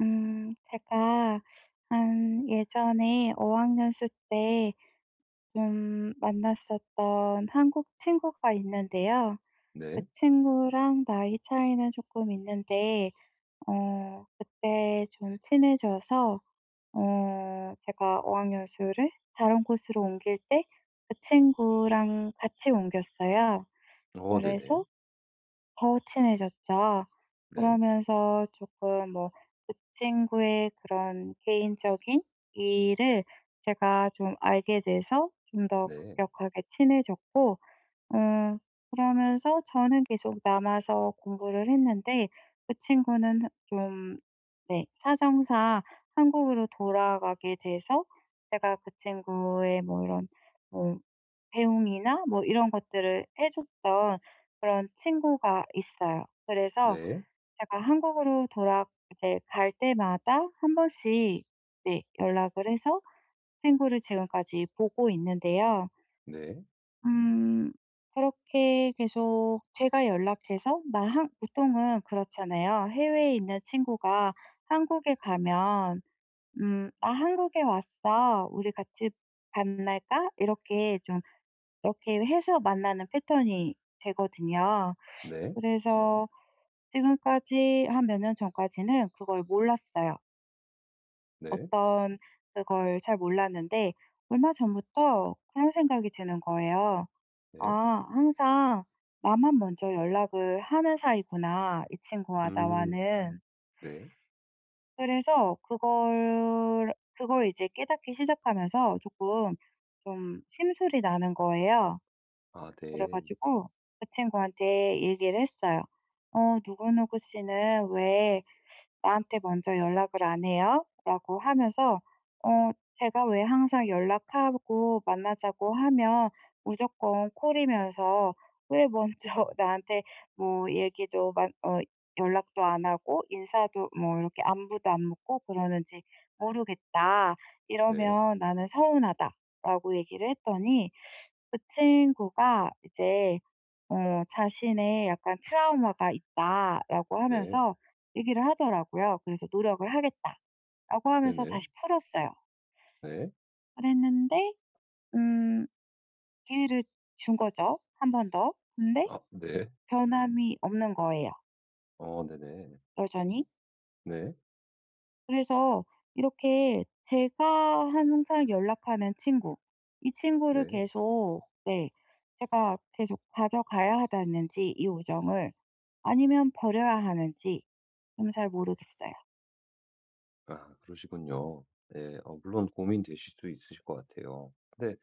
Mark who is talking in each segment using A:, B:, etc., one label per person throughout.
A: 제가 한 예전에 5학년수 때 좀 만났었던 한국 친구가 있는데요. 그
B: 네.
A: 친구랑 나이 차이는 조금 있는데, 그때 좀 친해져서, 제가 5학년수를 다른 곳으로 옮길 때 그 친구랑 같이 옮겼어요.
B: 어 네네.
A: 그래서 더 친해졌죠.
B: 네.
A: 그러면서 조금 뭐 그 친구의 그런 개인적인 일을 제가 좀 알게 돼서 좀 더
B: 네.
A: 급격하게 친해졌고 음 그러면서 저는 계속 남아서 공부를 했는데 그 친구는 좀 네 사정상 한국으로 돌아가게 돼서 제가 그 친구의 뭐 이런 뭐 배웅이나 뭐 이런 것들을 해 줬던 그런 친구가 있어요. 그래서
B: 네.
A: 제가 한국으로 돌아 이제 갈 때마다 한 번씩 네 연락을 해서 친구를 지금까지 보고 있는데요.
B: 네.
A: 음 그렇게 계속 제가 연락해서 나 한 보통은 그렇잖아요. 해외에 있는 친구가 한국에 가면 "나 한국에 왔어. 우리 같이 만날까?" 이렇게 좀 이렇게 해서 만나는 패턴이 되거든요.
B: 네.
A: 그래서 지금까지 한 몇 년 전까지는 그걸 몰랐어요.
B: 네.
A: 어떤 그걸 잘 몰랐는데 얼마 전부터 그런 생각이 드는 거예요.
B: 네.
A: '아 항상 나만 먼저 연락을 하는 사이구나, 이 친구와
B: 음.
A: 나와는.'
B: 네.
A: 그래서 그걸 이제 깨닫기 시작하면서 조금 좀 심술이 나는 거예요.
B: 아
A: 그래
B: 네.
A: 가지고 그 친구한테 얘기를 했어요. "어 누구누구 씨는 왜 나한테 먼저 연락을 안 해요?" 라고 하면서 어 제가 왜 항상 연락하고 만나자고 하면 무조건 콜이면서 왜 먼저 나한테 뭐 얘기도 만 어 연락도 안 하고 인사도 뭐 이렇게 안부도 안 묻고 그러는지 모르겠다.
B: 네.
A: 이러면 나는 서운하다."라고 얘기를 했더니 그 친구가 이제 어 자신의 약간 "트라우마가 있다."라고
B: 네.
A: 하면서 얘기를 하더라고요. 그래서 "노력을 하겠다."라고 하면서
B: 네네.
A: 다시 풀었어요.
B: 네.
A: 그랬는데 음 기회를 준 거죠, 한 번 더. 근데
B: 아 네.
A: 변함이 없는 거예요,
B: 어 네네.
A: 여전히.
B: 네.
A: 그래서 이렇게 제가 항상 연락하는 친구, 이 친구를
B: 네.
A: 계속 네 제가 계속 가져가야 하다는지 이 우정을 아니면 버려야 하는지 좀 잘 모르겠어요.
B: 아 그러시군요. 네 물론 고민되실 수 있으실 것 같아요. 근데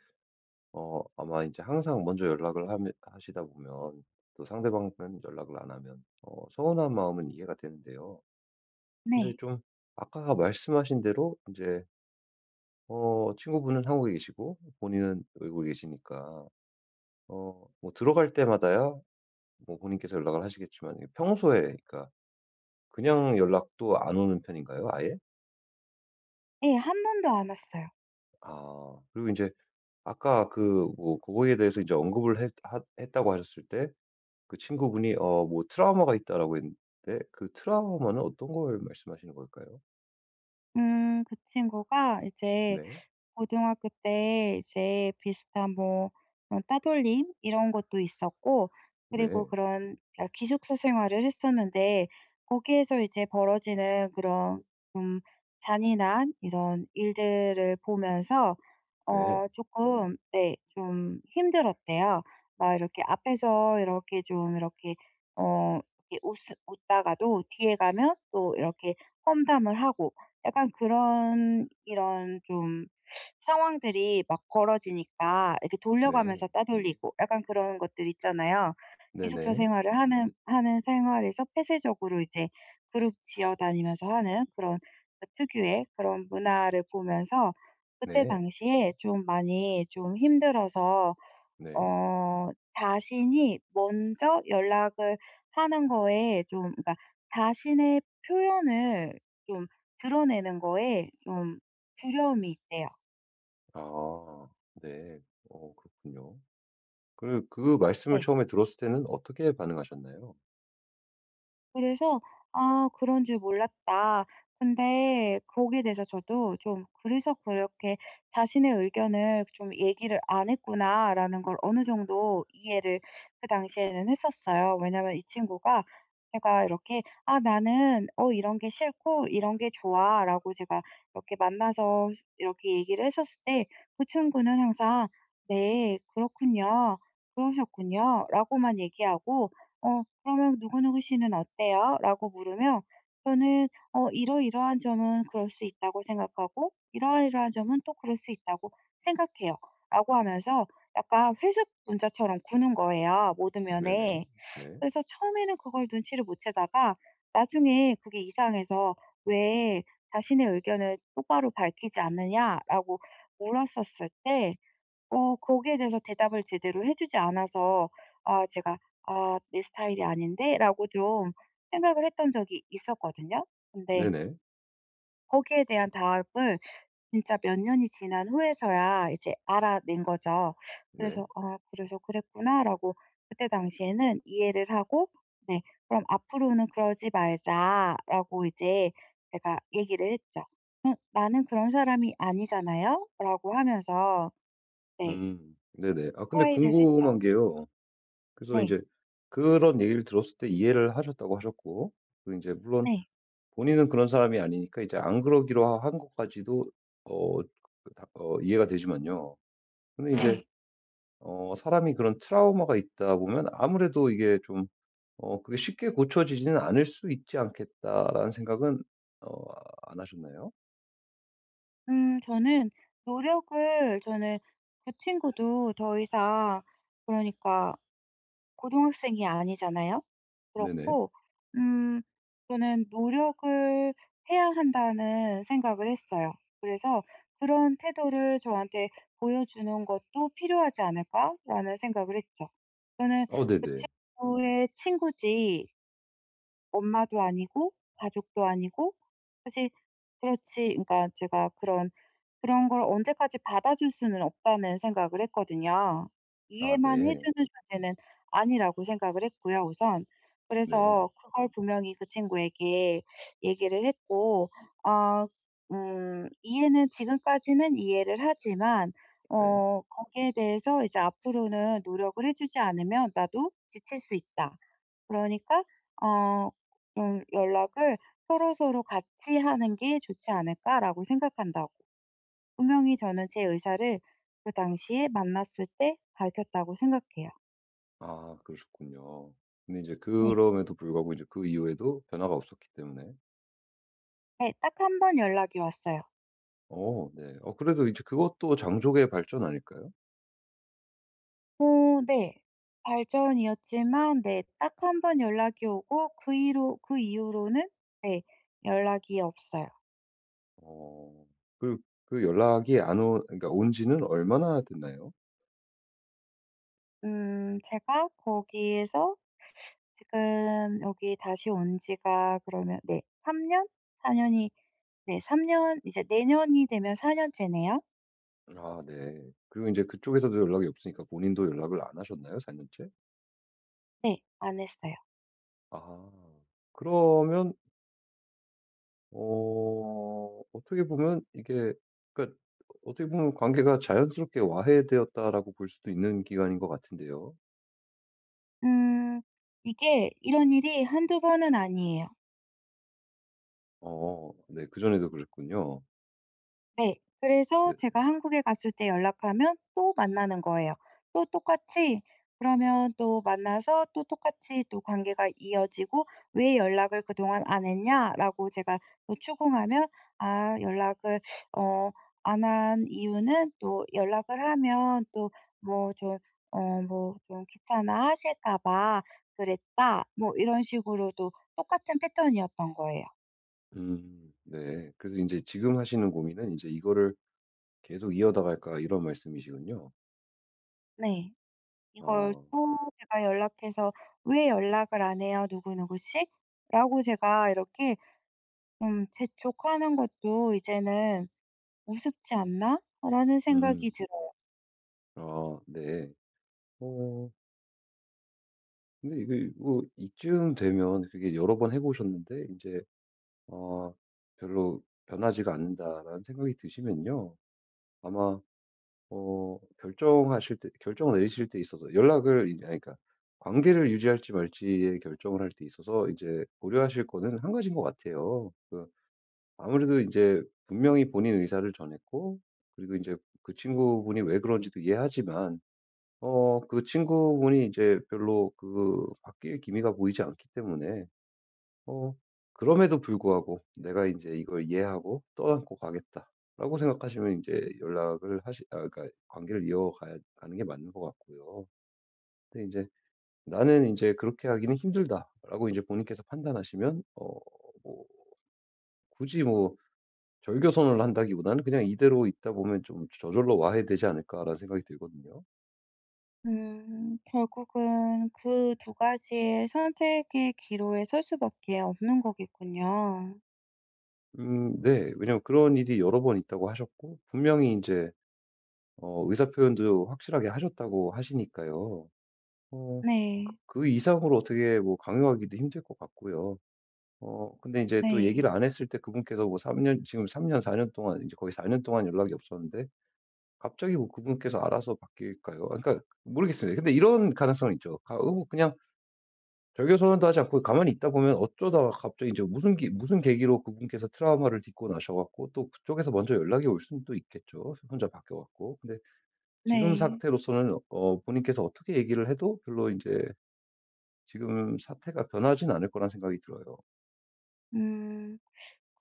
B: 아마 이제 항상 먼저 연락을 하 하시다 보면 또 상대방은 연락을 안 하면 서운한 마음은 이해가 되는데요. 근데
A: 네.
B: 좀 아까 말씀하신 대로 이제 친구분은 한국에 계시고 본인은 외국에 계시니까 뭐 들어갈 때마다야 뭐 본인께서 연락을 하시겠지만 평소에 그러니까 그냥 연락도 안 오는 편인가요 아예?
A: 예 한 번도 안 왔어요.
B: 아 그리고 이제 아까 그 뭐 그거에 대해서 이제 언급을 했 하 했다고 하셨을 때 그 친구분이 뭐 트라우마가 있다라고 했는데 그 트라우마는 어떤 걸 말씀하시는 걸까요?
A: 그 친구가 이제
B: 네.
A: 고등학교 때 이제 비슷한 뭐 그런 따돌림 이런 것도 있었고 그리고
B: 네.
A: 그런 기숙사 생활을 했었는데 거기에서 이제 벌어지는 그런 좀 잔인한 이런 일들을 보면서
B: 네.
A: 조금 네 좀 힘들었대요. 막 이렇게 앞에서 이렇게 좀 이렇게 어 이렇게 웃 웃다가도 뒤에 가면 또 이렇게 험담을 하고 약간 그런 이런 좀 상황들이 막 벌어지니까 이렇게
B: 네.
A: 돌려가면서 따돌리고 약간 그런 것들 있잖아요.
B: 네 네.
A: 기숙사
B: 네.
A: 생활을 하는 생활에서 폐쇄적으로 이제 그룹 지어 다니면서 하는 그런 그 특유의 그런 문화를 보면서 그때
B: 네.
A: 당시에 좀 많이 좀 힘들어서
B: 네.
A: 어 자신이 먼저 연락을 하는 거에 좀 그러니까 자신의 표현을 좀 드러내는 거에 좀 두려움이 있대요.
B: 아 네. 그렇군요. 그 말씀을
A: 네.
B: 처음에 들었을 때는 어떻게 반응하셨나요?
A: 그래서 '아 그런 줄 몰랐다.' 근데 거기에 대해서 저도 좀 '그래서 그렇게 자신의 의견을 좀 얘기를 안 했구나.'라는 걸 어느 정도 이해를 그 당시에는 했었어요. 왜냐면 이 친구가 제가 이렇게 "아 나는 어 이런 게 싫고 이런 게 좋아."라고 제가 이렇게 만나서 이렇게 얘기를 했었을 때 그 친구는 항상 "네. 그렇군요. 그러셨군요."라고만 얘기하고 그러면 "누구누구 씨는 어때요?" 라고 물으면 저는 "어 이러이러한 점은 그럴 수 있다고 생각하고 이러이러한 점은 또 그럴 수 있다고 생각해요."라고 하면서 약간 회색 문자처럼 구는 거예요 모든
B: 네네.
A: 면에.
B: 네.
A: 그래서 처음에는 그걸 눈치를 못 채다가 나중에 그게 이상해서 왜 자신의 의견을 똑바로 밝히지 않느냐라고 물었었을 때 거기에 대해서 대답을 제대로 해 주지 않아서 제가 '아 내 스타일이 아닌데.'라고 좀 생각을 했던 적이 있었거든요. 근데
B: 네네.
A: 거기에 대한 답을 진짜 몇 년이 지난 후에서야 이제 알아낸 거죠.
B: 네.
A: 그래서 '아 그래서 그랬구나.'라고 그때 당시에는 이해를 하고 네 "그럼 앞으로는 그러지 말자."라고 이제 제가 얘기를 했죠. 응, 나는 그런 사람이 아니잖아요."라고 하면서 네.
B: 음. 네네. 아 근데
A: 화해를 했죠.
B: 궁금한 게요. 그래서 이
A: 네.
B: 제 그런 얘기를 들었을 때 이해를 하셨다고 하셨고 그제 물론
A: 네.
B: 본인은 그런 사람이 아니니까 이제 안 그러기로 한 것까지도 어 그 다 이해가 되지만요. 근데 이제
A: 네.
B: 사람이 그런 트라우마가 있다 보면 아무래도 이게 좀 그게 쉽게 고쳐지지는 않을 수 있지 않겠다라는 생각은 어 안 하셨나요?
A: 저는 노력을 저는 그 친구도 더 이상 그러니까 고등학생이 아니잖아요.
B: 네네.
A: 그렇고 음 저는 '노력을 해야 한다.'는 생각을 했어요. 그래서 '그런 태도를 저한테 보여주는 것도 필요하지 않을까?'라는 생각을 했죠. 저는
B: 어
A: 그
B: 네네.
A: 친구의 친구지 엄마도 아니고 가족도 아니고 사실 그렇지 그러니까 제가 그런 걸 언제까지 받아줄 수는 없다는 생각을 했거든요.
B: 아
A: 이해만 해
B: 네.
A: 주는 존재는 아니라고 생각을 했고요 우선.
B: 네.
A: 그래서 그걸 분명히 그 친구에게 얘기를 했고 어 이해는 지금까지는 이해를 하지만
B: 네.
A: 거기에 대해서 이제 "앞으로는 노력을 해 주지 않으면 나도 지칠 수 있다." 그러니까 어 연락을 서로서로 같이 하는 게 좋지 않을까라고 생각한다고. 분명히 저는 제 의사를 그 당시에 만났을 때 밝혔다고 생각해요.
B: 아 그러셨군요. 근데 이제
A: 네.
B: 그럼에도 불구하고 이제 그 이후에도 변화가 없었기 때문에.
A: 네. 딱 한 번 연락이 왔어요.
B: 어 네. 그래도 이제 그것도 장족의 발전 아닐까요?
A: 어 네. 발전이었지만 네 딱 한 번 연락이 오고 그 이로 그 이후로는 네 연락이 없어요.
B: 어. 그 그 연락이 안 온 그러니까 온 지는 얼마나 됐나요?
A: 제가 거기에서 지금 여기 다시 온 지가 그러면 네 3년? 4년이 네 3년 이제 내년이 되면 4년째네요.
B: 아 네. 그리고 이제 그쪽에서도 연락이 없으니까 본인도 연락을 안 하셨나요? 4 년째?
A: 네. 안 했어요.
B: 아. 그러면 어떻게 보면 이게 그러니까 어떻게 보면 관계가 자연스럽게 와해되었다라고 볼 수도 있는 기간인 것 같은데요.
A: 음 이게 이런 일이 한두 번은 아니에요.
B: 어 네 그전에도 그랬군요.
A: 네. 그래서
B: 네.
A: 제가 한국에 갔을 때 연락하면 또 만나는 거예요. 또 똑같이 그러면 또 만나서 또 똑같이 또 관계가 이어지고 "왜 연락을 그동안 안 했냐?"라고 제가 또 추궁하면 "아 연락을 어 안한 이유는 또 연락을 하면 또 뭐 좀 뭐 좀 귀찮아하실까 봐 그랬다." 뭐 이런 식으로 또 똑같은 패턴이었던 거예요.
B: 네. 그래서 이제 지금 하시는 고민은 이제 '이거를 계속 이어나갈까.' 이런 말씀이시군요.
A: 네. 이걸
B: 아
A: 또 제가 연락해서 "왜 연락을 안 해요? 누구누구 씨?" 라고 제가 이렇게 좀 재촉하는 것도 '이제는 우습지 않나?'라는 생각이
B: 음.
A: 들어요.
B: 아 네. 어 근데 이게 뭐 이쯤 되면 그게 여러 번 해 보셨는데 이제 어 '별로 변하지가 않는다.'라는 생각이 드시면요. 아마 결정하실 때 결정을 내리실 때 있어서 연락을 이제 아니 그러니까 관계를 유지할지 말지의 결정을 할 때 있어서 이제 고려하실 거는 한 가지인 것 같아요. 그 아무래도 이제 분명히 본인 의사를 전했고 그리고 이제 그 친구분이 왜 그런지도 이해하지만 그 친구분이 이제 별로 그 바뀔 기미가 보이지 않기 때문에 어 그럼에도 불구하고 '내가 이제 이걸 이해하고 떠안고 가겠다.'라고 생각하시면 이제 연락을 하시 아 그러니까 관계를 이어가는 게 맞는 것 같고요. 근데 이제 '나는 이제 그렇게 하기는 힘들다.'라고 이제 본인께서 판단하시면 뭐 굳이 뭐 절교 선언을 한다기보다는 '그냥 이대로 있다 보면 좀 저절로 와해 되지 않을까.'라는 생각이 들거든요.
A: 결국은 그 두 가지의 선택의 기로에 설 수밖에 없는 거겠군요.
B: 네. 왜냐면 그런 일이 여러 번 있다고 하셨고 분명히 이제 의사 표현도 확실하게 하셨다고 하시니까요. 어 그
A: 네.
B: 그 이상으로 어떻게 뭐 강요하기도 힘들 것 같고요. 근데 이제 또
A: 네.
B: 얘기를 안 했을 때 그분께서 뭐 3년 지금 3년 4년 동안 이제 거의 4 년 동안 연락이 없었는데 갑자기 뭐 그분께서 알아서 바뀔까요? 아 그러니까 모르겠습니다. 근데 이런 가능성은 있죠. 가 어 뭐 그냥 절교 선언도 하지 않고 가만히 있다 보면 어쩌다가 갑자기 이제 무슨 기 무슨 계기로 그분께서 트라우마를 딛고 나셔 갖고 또 그쪽에서 먼저 연락이 올 수는 또 있겠죠, 혼자 바뀌어 갖고. 근데 지금
A: 네.
B: 상태로서는 본인께서 어떻게 얘기를 해도 별로 이제 지금 사태가 변하진 않을 거란 생각이 들어요.
A: 음.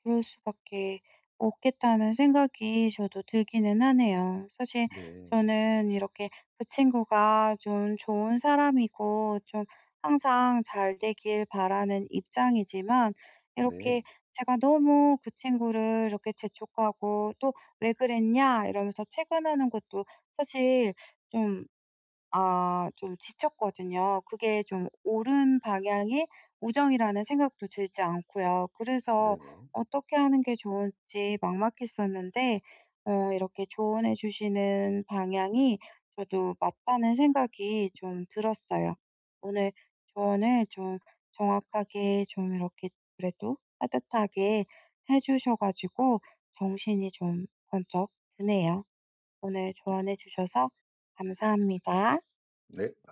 A: 그럴 수밖에 없겠다는 생각이 저도 들기는 하네요. 사실
B: 네.
A: 저는 이렇게 그 친구가 좀 좋은 사람이고 좀 항상 잘 되길 바라는 입장이지만 이렇게
B: 네.
A: 제가 너무 그 친구를 이렇게 재촉하고 또 "왜 그랬냐?" 이러면서 채근하는 것도 사실 좀 좀 지쳤거든요. 그게 좀 옳은 방향의 우정이라는 생각도 들지 않고요. 그래서
B: 네네.
A: 어떻게 하는 게 좋을지 막막했었는데 이렇게 조언해 주시는 방향이 저도 맞다는 생각이 좀 들었어요. 오늘 조언을 좀 정확하게 좀 이렇게 그래도 따뜻하게 해 주셔 가지고 정신이 좀 번쩍 드네요. 오늘 조언해 주셔서 감사합니다.
B: 네.